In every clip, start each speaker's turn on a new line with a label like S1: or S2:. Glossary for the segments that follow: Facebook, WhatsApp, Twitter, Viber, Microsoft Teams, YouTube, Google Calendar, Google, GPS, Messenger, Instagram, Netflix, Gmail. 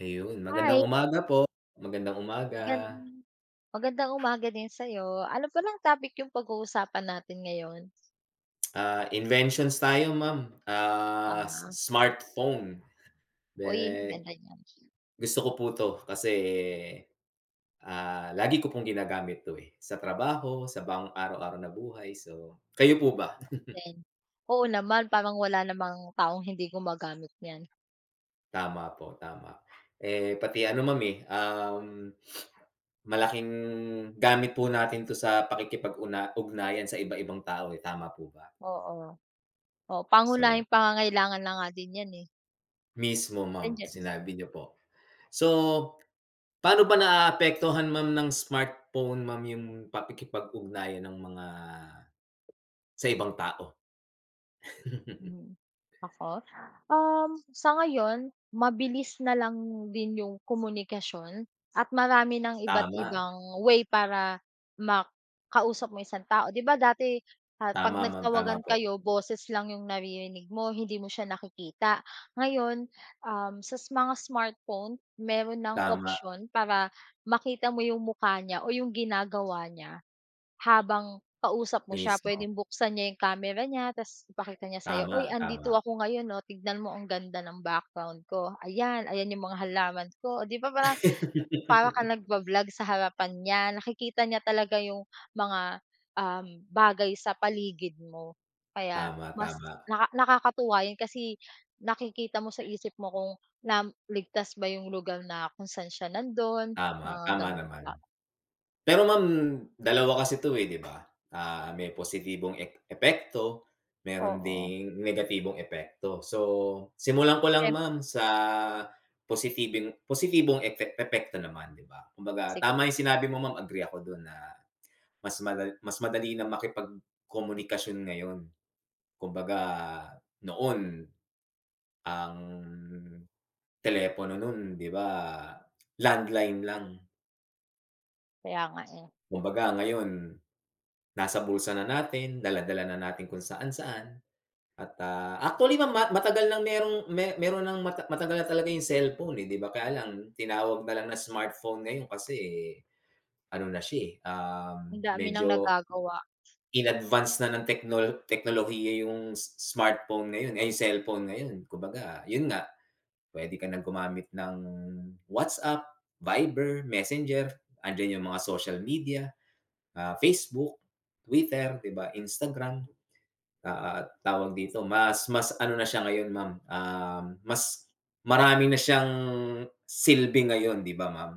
S1: Ayun, magandang
S2: Hi,
S1: umaga po. Magandang umaga.
S2: magandang magandang umaga din sa'yo. Ano pa lang topic yung pag-uusapan natin ngayon?
S1: Inventions tayo ma'am, ah, s
S2: Tama.
S1: smartphone.
S2: Uy, ang
S1: Eh,
S2: ganda niyan.
S1: gusto ko po 'to kasi, lagi ko pong ginagamit 'to, eh, sa trabaho, sa pang araw-araw na buhay. So, kayo po ba?
S2: Then, oo naman, parang wala namang taong hindi gumagamit niyan.
S1: Tama po, tama. Eh, pati ano ma'am, eh, malaking gamit po natin 'to sa pakikipag ugnayan sa iba-ibang tao, eh, tama po ba?
S2: Oo. Oo,
S1: So
S2: pangunahing pangangailangan na nga din yan, eh.
S1: mismo ma'am,
S2: Nandiyan.
S1: sinabi niyo po. So, paano ba naaapektuhan ma'am ng smartphone ma'am yung pakikipag-ugnayan ng mga sa ibang tao?
S2: Mhm. Ako? Sa ngayon mabilis na lang din yung komunikasyon at marami ng iba't
S1: Tama,
S2: ibang way para makausap mo isang tao. 'Di ba dati, ah, 'pag
S1: tama ma'am, tama
S2: nagtawagan
S1: po.
S2: kayo boses lang yung naririnig mo, hindi mo siya nakikita. Ngayon, mga smartphone meron ng
S1: Tama,
S2: option para makita mo yung mukha niya o yung ginagawa niya. Habang kausap mo siya
S1: mismo.
S2: puwedeng buksan niya yung camera niya ta's ipakita niya sa'yo,
S1: Tama,
S2: "Uy,
S1: tama.
S2: andito ako ngayon, oh, tignan mo ang ganda ng background ko. Ayan, ayan yung mga halaman ko." Oh, 'di ba parang para kang nagba sa harapan niya, nakikita niya talaga yung mga, um, bagay sa paligid mo. Kaya
S1: Tama,
S2: mas
S1: tama.
S2: nakakatuwa yun kasi nakikita mo sa isip mo kung na ligtas ba yung lugar na kung saan siya nandun,
S1: Tama,
S2: mga
S1: tama
S2: gano'n
S1: naman.
S2: ba.
S1: Pero ma'am, dalawa kasi 'to, eh, 'di ba? May positibong epekto, meron
S2: Oo,
S1: ding negatibong epekto. So, simulan ko lang
S2: siyem
S1: ma'am sa positibong positibong epekto naman, 'di ba? Kumbaga
S2: sige,
S1: tama yung sinabi mo ma'am, agree ako dun na mas madali na makipagkomunikasyon ngayon. Kumbaga noon, ang telepono nun, 'di ba, landline lang.
S2: kaya nga, eh.
S1: Kumbaga ngayon, nasa bulsa na natin, dala-dala na natin kung saan-saan at, actually ma ma matagal nang meron ng matagal na talaga yung cellphone, eh, 'di ba? Kaya lang tinawag na lang na smartphone ngayon kasi ano na siya, eh,
S2: Ang dami ng
S1: medyo
S2: nagagawa,
S1: in-advance na ng teknolohiya yung smartphone ngayon ay, yung cellphone ngayon. Kumbaga, yun nga, puwede ka ng gumamit ng WhatsApp, Viber, Messenger, andiyan yung mga social media, Facebook, Twitter, 'di ba, Instagram. Tawag dito, mas mas ano na siya ngayon ma'am, mas marami na siyang silbi ngayon 'di ba ma'am?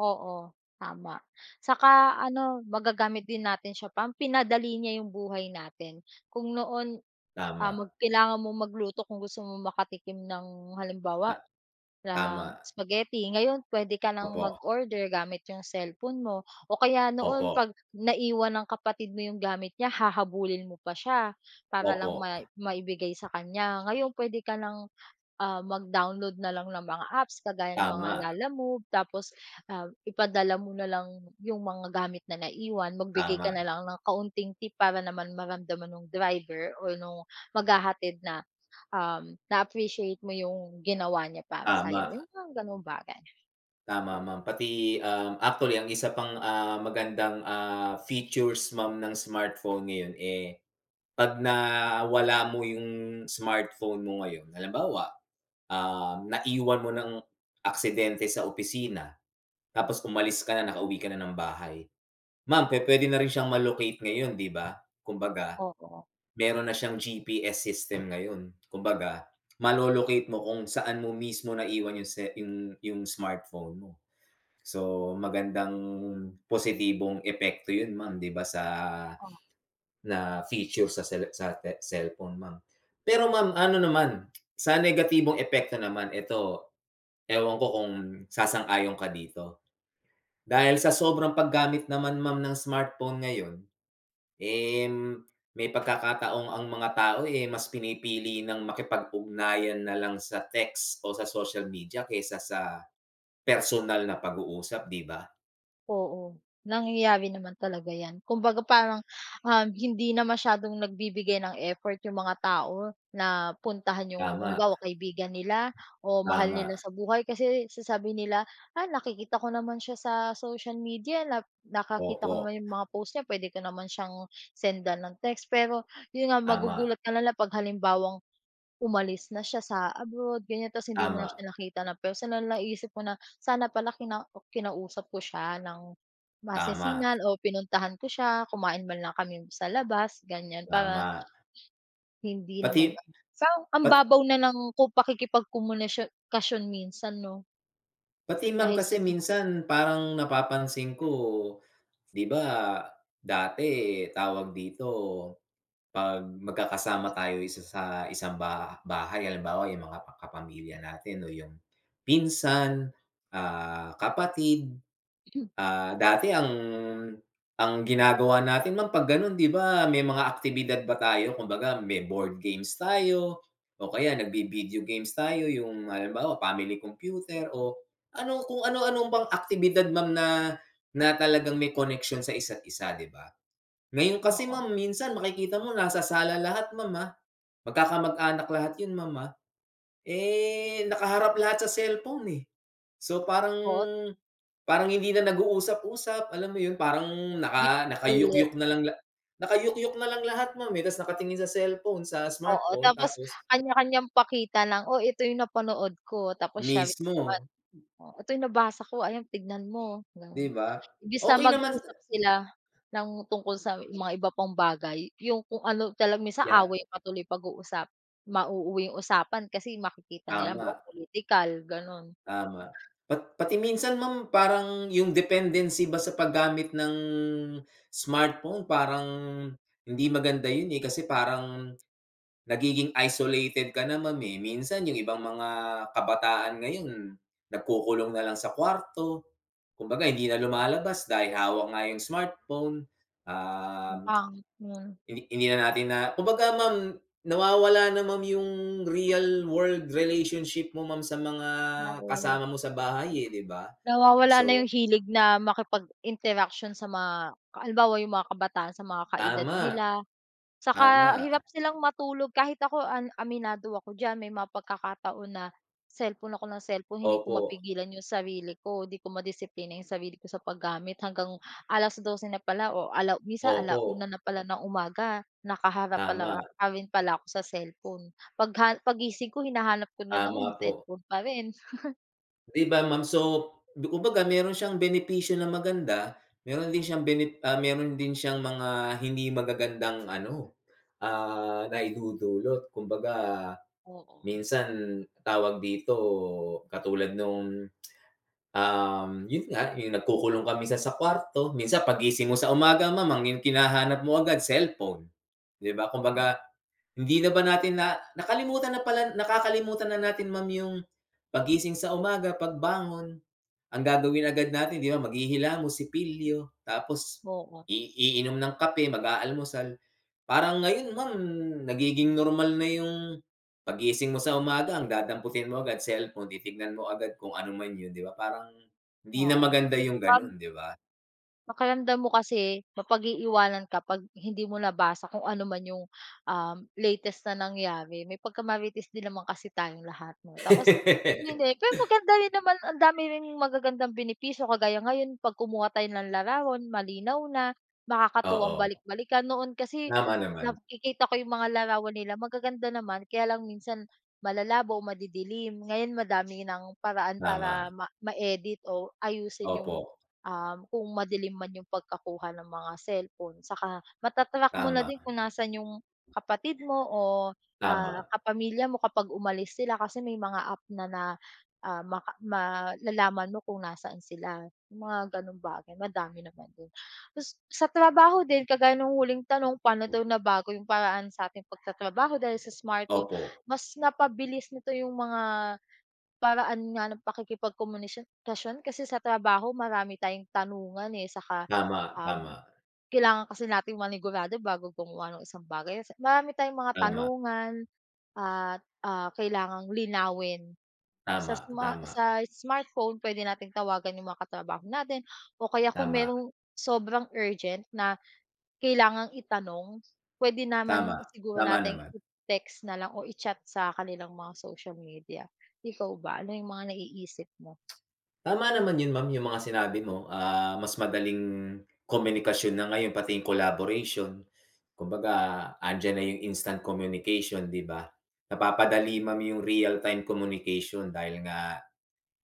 S2: oo, tama. Saka ano, magagamit din natin siya pinadali niya yung buhay natin. Kung noon,
S1: Tama,
S2: ah, kailangan mong magluto kung gusto mo makatikim ng
S1: ta
S2: halimbawa
S1: tama.
S2: ng spaghetti, ngayon puwede ka ng
S1: Opo,
S2: mag-order gamit yung cellphone mo o kaya
S1: opo,
S2: noon 'pag naiwan ng kapatid mo yung gamit niya hahabulin mo pa siya para
S1: opo.
S2: lang maibigay sa kanya. Ngayon puwede ka ng ah, mag-download na lang ng mga apps kagaya ng mga
S1: Tama,
S2: Lala Move tapos, ah, ipadala mo na lang yung mga gamit na naiwan, magbigay ka
S1: tama,
S2: na lang ng kaunting tip para naman maramdaman ng driver o nung maghahatid na, na-appreciate mo yung ginawa niya para sa'yo,
S1: tama,
S2: yung mga gano'ng bagay.
S1: tama ma'am. Pati, actually ang isa pang, magandang, features ma'am ng smartphone ngayon, eh, 'pag nawala mo yung smartphone mo ngayon, halimbawa, naiwan mo ng aksidente sa opisina. Tapos umalis ka na, nakauwi ka na ng bahay. Ma'am, pwede na rin siyang ngayon, 'di ba? Kumbaga,
S2: Oo.
S1: meron na siyang GPS system ngayon. Kumbaga, malo-locate mo kung saan mo mismo naiwan yung se yung smartphone mo. So, magandang positibong epekto 'yun, ma'am, 'di ba, sa na feature sa cell sa te cellphone, ma'am. Pero ma'am, ano naman, sa negatibong epekto naman, ito, ewan ko kung sasang-ayon ka dito. Dahil sa sobrang paggamit naman ma'am ng smartphone ngayon, eh, may pagkakataong ang mga tao, eh, mas pinipili ng makipag-ugnayan na lang sa text o sa social media kaysa sa personal na pag-uusap, 'di ba?
S2: Oo, nangyayari naman talaga 'yan. Kumbaga parang, hindi na masyadong nagbibigay ng effort yung mga tao na puntahan yung
S1: Tama,
S2: halimbawa kaibigan nila o mahal
S1: tama.
S2: nila sa buhay kasi sasabihin nila, "Ah, nakikita ko naman siya sa social media na nakakita ko
S1: Opo,
S2: naman yung mga post niya pwede ko naman siyang sendan ng text." Pero yun nga
S1: tama,
S2: magugulat ka na lang 'pag halimbawang umalis na siya sa abroad ganyan tas hindi mo na
S1: tama,
S2: siya nakita ng personal, naisip ko na sana pala kinausap ko siya ng
S1: tama,
S2: masinsinan o pinuntahan ko siya, kumain man lang kami sa labas ganyan para
S1: tama.
S2: hindi
S1: Pati
S2: naman sa ang
S1: pat
S2: babaw na ng ko pakikipagkomunisyon kasyon minsan 'no,
S1: Pati ma'am
S2: dahil
S1: kasi
S2: sa smartphone.
S1: minsan parang napapansin ko, 'di ba, dati, tawag dito, 'pag magkakasama tayo isa sa isang bahay, halimbawa yung mga kapamilya natin o yung pinsan, kapatid, dati ang ginagawa natin ma'am 'pag gano'n 'di ba, may mga aktibidad ba tayo, kumbaga may board games tayo o kaya nagvi-video games tayo yung halimbawa family computer o ano, kung ano-ano bang aktibidad ma'am na na talagang may connection sa isa't isa, 'di ba? Ngayon kasi
S2: Oo.
S1: ma'am minsan makikita mo nasa sala lahat ma'am, ah. Magkakamag-anak lahat 'yun ma'am, ah. Eh, nakaharap lahat sa cellphone, eh. So, parang
S2: Oo,
S1: parang hindi na nag-uusap-usap, alam mo 'yun, parang naka
S2: Di- ulit,
S1: nakayukyuk na lang la nakayukyuk na lang lahat ma'am, eh, tas nakatingin sa cellphone, sa
S2: oo
S1: smartphone,
S2: tapos
S1: tapos
S2: kanya-kanyang pakita lang, "Oh, ito yung napanood ko," tapos siya
S1: mismo,
S2: Oh, "Ito yung nabasa ko, ayan tignan mo,"
S1: 'di
S2: gano'n.
S1: ba?
S2: Imbis na
S1: Okey naman,
S2: mag-usap sila ng tungkol sa mga iba pang bagay, yung kung ano talagang minsan
S1: ya
S2: away ang patuloy pag-uusap, mauuwi yung usapan kasi makikita nila halimbawa
S1: tama.
S2: pulitikal, gano'n.
S1: Tama. Pati minsan ma'am parang yung dependency ba sa paggamit ng smartphone parang hindi maganda yun, eh, kasi parang nagiging isolated ka na ma'am, eh. Minsan yung ibang mga kabataan ngayon nagkukulong na lang sa kwarto, kumbaga hindi na lumalabas dahil hawak nga yung smartphone. Ah,
S2: Pang hmm,
S1: hindi hindi na natin na kumbaga ma'am, nawawala na ma'am yung real world relationship mo ma'am sa mga
S2: oo.
S1: kasama mo sa bahay, eh, 'di ba?
S2: Nawawala na
S1: So
S2: yung hilig na makipag-interaction sa mga halimbawa yung mga kabataan sa mga kaedad
S1: tama,
S2: nila. Saka
S1: tama.
S2: hirap silang matulog kahit ako aminado ako diyan may mga pagkakataon na cellphone ako ng cellphone hindi ko
S1: Opo,
S2: mapigilan yung sarili ko, hindi ko madisiplina yung sarili ko sa paggamit hanggang 12:00 na pala o ala minsan
S1: opo.
S2: 1:00 na pala ng umaga nakaharap pala
S1: Tama,
S2: pa rin pala ako sa cellphone. Paggising ko hinahanap ko na
S1: tama
S2: naman
S1: po.
S2: cellphone pa rin.
S1: 'Di ba ma'am? So, kumbaga meron siyang benepisyo na maganda, meron din siyang meron din siyang mga hindi magagandang ano, naidudulot. Kumbaga
S2: Oo,
S1: minsan, tawag dito, katulad nung, yun nga, yung nagkukulong ka minsan sa kwarto, minsan paggising mo sa umaga ma'am ang kinahanap mo agad cellphone, 'di ba? Kumbaga, hindi na ba natin na nakalimutan na pala nakakalimutan na natin ma'am yung paggising sa umaga, pagbangon. Ang gagawin agad natin 'di ba, maghihilamos, sipilyo, tapos
S2: oo,
S1: iinom ng kape, mag-aalmusal. Parang ngayon ma'am, nagiging normal na yung pagising mo sa umaga, ang dadamputin mo agad cellphone, titignan mo agad kung ano man yun, 'di ba, parang hindi na
S2: oo.
S1: maganda yung
S2: Pam
S1: gano'n, 'di ba?
S2: Pakiramdam mo kasi mapag-iiwanan ka 'pag hindi mo nabasa kung ano man yung, latest na nangyari. May pagka din naman kasi tayong lahat 'no. Tapos yun, eh, pero maganda rin naman ang dami ring magagandang benepisyo kagaya ngayon 'pag kumuha tayo ng larawan malinaw na, makakatuwang
S1: Oo,
S2: balik-balikan. Noon kasi
S1: tama naman,
S2: nakikita ko yung mga larawan nila magaganda naman kaya lang minsan malalabo, madidilim. Ngayon madami ng paraan para
S1: tama,
S2: ma-edit o ayusin
S1: opo,
S2: yung kung madilim man yung pagkakuha ng mga cellphone. Saka mo na
S1: tama,
S2: din kung nasan yung kapatid mo o, ah,
S1: tama,
S2: kapamilya mo kapag umalis sila kasi may mga app na na, ah, malalaman mo kung nasaan sila, yung mga gano'ng bagay madami naman din. Tas sa trabaho din kagaya nung huling tanong, paano daw nabago yung paraan sa ating pagtatrabaho dahil sa smartphone,
S1: opo,
S2: mas napabilis nito yung mga paraan nga ng pakikipagkomunisyon kasi sa trabaho marami tayong tanungan, eh, saka,
S1: tama, tama,
S2: um, kailangan kasi nating manigurado bago gumawa ng isang bagay. Marami tayong mga
S1: tama,
S2: tanungan at, ah, kailangang linawin.
S1: tama, tama,
S2: Sa smartphone pwede nating tawagan yung mga katrabaho natin o kaya kung
S1: tama,
S2: merong sobrang urgent na kailangang itanong, puwede naman
S1: tama,
S2: siguro
S1: tama
S2: nating
S1: naman.
S2: i-text na lang o i-chat sa kanilang mga social media. Ikaw ba, ano yung mga naiisip mo?
S1: Tama naman yun ma'am, yung mga sinabi mo, mas madaling komunikasyon na ngayon pati yung collaboration. Kumbaga andiyan na yung instant communication, 'di ba? Napapadali ma'am yung real-time communication dahil nga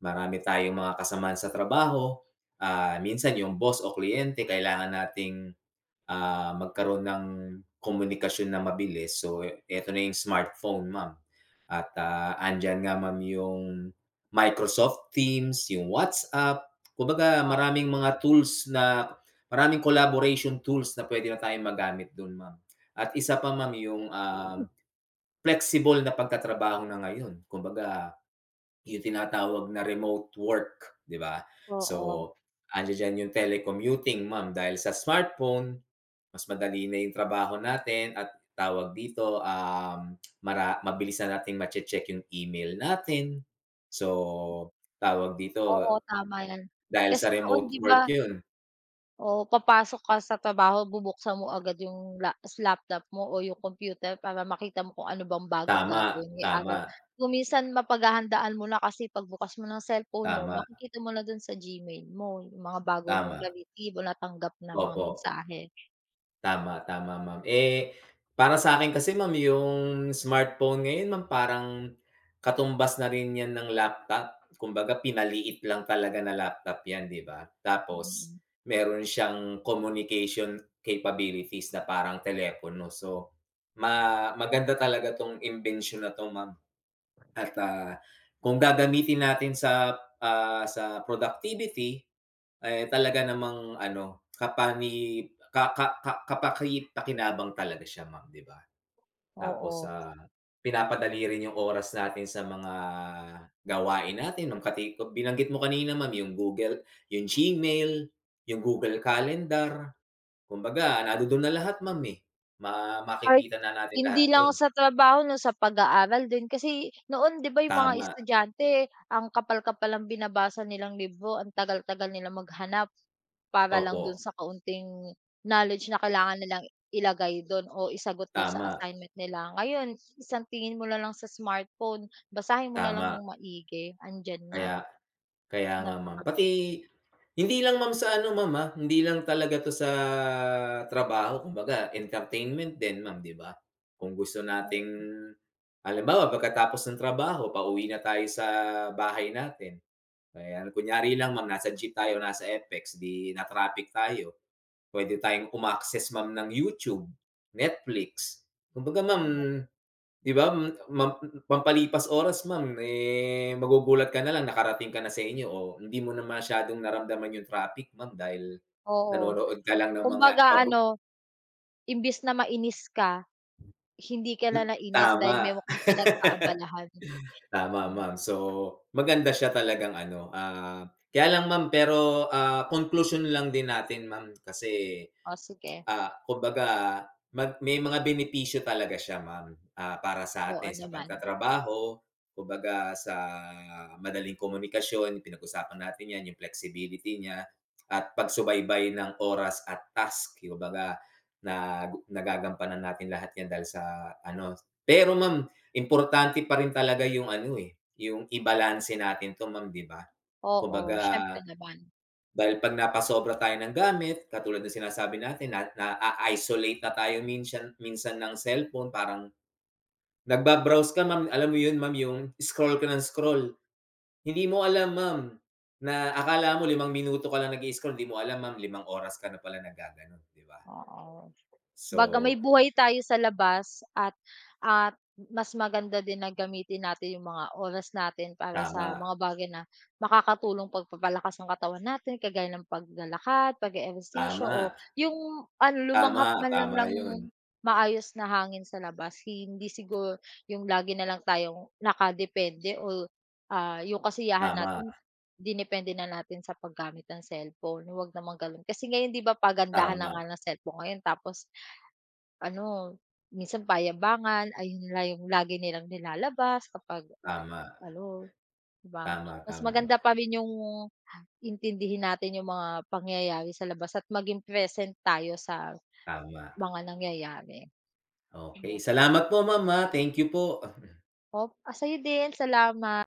S1: marami tayong mga kasamahan sa trabaho, minsan yung boss o kliyente kailangan nating magkaroon ng komunikasyon na mabilis. So, eto na yung smartphone, ma'am. At, andiyan nga, ma'am, yung Microsoft Teams, yung WhatsApp. Kumbaga
S2: Oo,
S1: maraming collaboration tools na puwede na tayong magamit dun, ma'am. At isa pa, ma'am, yung, flexible na pagtatrabaho na ngayon. Kumbaga yung tinatawag na remote work, 'di ba?
S2: oo.
S1: So, diyan yung telecommuting, ma'am, dahil sa smartphone mas madali na yung trabaho natin at tawag dito, mabilis na nating mache-check yung email natin. So, tawag dito,
S2: Oo, tama yan.
S1: dahil
S2: Kasi
S1: sa
S2: noon
S1: remote
S2: 'di ba
S1: work yun.
S2: oo, papasok ka sa trabaho bubuksan mo agad yung laptop mo o yung computer para makita mo kung ano bang bagong
S1: Tama,
S2: gagawin ngayong
S1: tama,
S2: araw. Kung minsan mapaghahandaan mo na kasi pagbukas mo ng cellphone mo
S1: tama,
S2: makikita mo na dun sa Gmail mo yung mga bago mong
S1: tama,
S2: na-receive o natanggap na mga
S1: opo.
S2: mensahe.
S1: Tama, tama ma'am. Eh, para sa akin kasi ma'am yung smartphone ngayon ma'am parang katumbas na rin 'yan ng laptop. Kumbaga pinaliit lang talaga na laptop 'yan, 'di ba? Tapos
S2: Mm,
S1: meron siyang communication capabilities na parang telepono. So, maganda talaga 'tong invention na 'to, ma'am. At, kung gagamitin natin sa, sa productivity, eh, talaga namang ano, kapani ka ka ka kapaki-pakinabang talaga siya ma'am, 'di ba? Tapos, sa
S2: oo.
S1: pinapadali rin yung oras natin sa mga gawain natin nung binanggit mo kanina ma'am yung Google, yung Gmail, yung Google Calendar, kumbaga nandodo'n na lahat ma'am, eh.
S2: Kahit
S1: Makikita na natin lahat
S2: hindi lang
S1: do'n.
S2: sa trabaho 'no, sa pag-aaral din. Kasi noon 'di ba yung mga
S1: Tama,
S2: estudyante ang kapal-kapal ng binabasa nilang libro, ang tagal-tagal nilang maghanap para lang dun
S1: opo.
S2: sa kaunting knowledge na kailangan nilang ilagay dun o isagot dun sa
S1: Tama,
S2: assignment nila. Ngayon, isang tingin mo na lang sa smartphone, basahin mo na lang
S1: tama.
S2: ng maigi, andiyan na.
S1: Kaya Kaya nga, ma'am.
S2: Napaka
S1: Pati hindi lang, ma'am, sa ano, ma'am, hindi lang talaga 'to sa trabaho kumbaga entertainment din, ma'am, 'di ba? Kung gusto nating halimbawa pagkatapos ng trabaho pauwi na tayo sa bahay natin. Ayan, kunyari lang, ma'am, nasa G tayo, nasa FX, 'di na-traffic tayo, pwede tayong uma-access, ma'am, ng YouTube, Netflix. Kumbaga, ma'am,
S2: oo,
S1: 'di ba, mam pampalipas oras ma'am, eh, magugulat ka na lang nakarating ka na sa inyo o hindi mo na masyadong naramdaman yung traffic ma'am dahil
S2: oo.
S1: nanonood ka lang ng
S2: Kumbaga
S1: mga
S2: ano imbis na mainis ka, hindi ka na nainis dahil
S1: tama,
S2: meron kang pinagkaabalahan.
S1: tama
S2: Mm.
S1: ma'am. So, maganda siya talagang ano, kaya lang ma'am pero, conclusion lang din natin ma'am kasi,
S2: O sige.
S1: Kumbaga may mga benepisyo talaga siya ma'am, para sa
S2: Oo
S1: atin sa
S2: naman.
S1: pagtatrabaho, kumbaga sa madaling komunikasyon, pinag-usapan natin 'yan, yung flexibility niya at pagsubaybay ng oras at task, kumbaga na nagagampanan natin lahat 'yan dahil sa ano, pero ma'am importante pa rin talaga yung ano, eh, yung ibalanse natin 'to ma'am, 'di ba?
S2: Oo,
S1: Kumbaga
S2: siyempre naman.
S1: dahil 'pag napasobra tayo ng gamit, katulad ng sinasabi natin na na isolate na tayo minsan minsan ng cellphone, parang nagbabrowse ka ma'am, alam mo 'yun ma'am, yung scroll ka ng scroll. Hindi mo alam ma'am, na akala mo 5 minuto ka lang nag-i-scroll, hindi mo alam ma'am, 5 oras ka na pala nagaganon, 'di ba?
S2: Oo. Kumbaga may
S1: So,
S2: buhay tayo sa labas at mas maganda din na gamitin natin yung mga oras natin para sa
S1: tama,
S2: mga bagay na makakatulong pagpapalakas ng katawan natin kagaya ng paglalakad, pag-eehersisyo o
S1: tama,
S2: yung ano
S1: tama,
S2: lumanghap man lang
S1: tama
S2: ng
S1: 'yun.
S2: maayos na hangin sa labas. Hindi siguro yung lagi na lang tayong nakadepende o, ah, yung kasiyahan
S1: Tama,
S2: natin dinepende na natin sa paggamit ng cellphone. Huwag naman gano'n kasi ngayon 'di ba pagandahan na
S1: tama,
S2: nga ng cellphone ngayon tapos ano, minsan payabangan, ayun yung lagi nilang nilalabas kapag
S1: tama,
S2: ano, 'di ba?
S1: tama,
S2: Mas
S1: tama,
S2: maganda pa rin yung intindihin natin yung mga pangyayari sa labas at maging present tayo sa
S1: tama.
S2: mga nangyayari.
S1: Okay, salamat po ma'am, thank you po.
S2: O, ah, sa'yo din, salamat.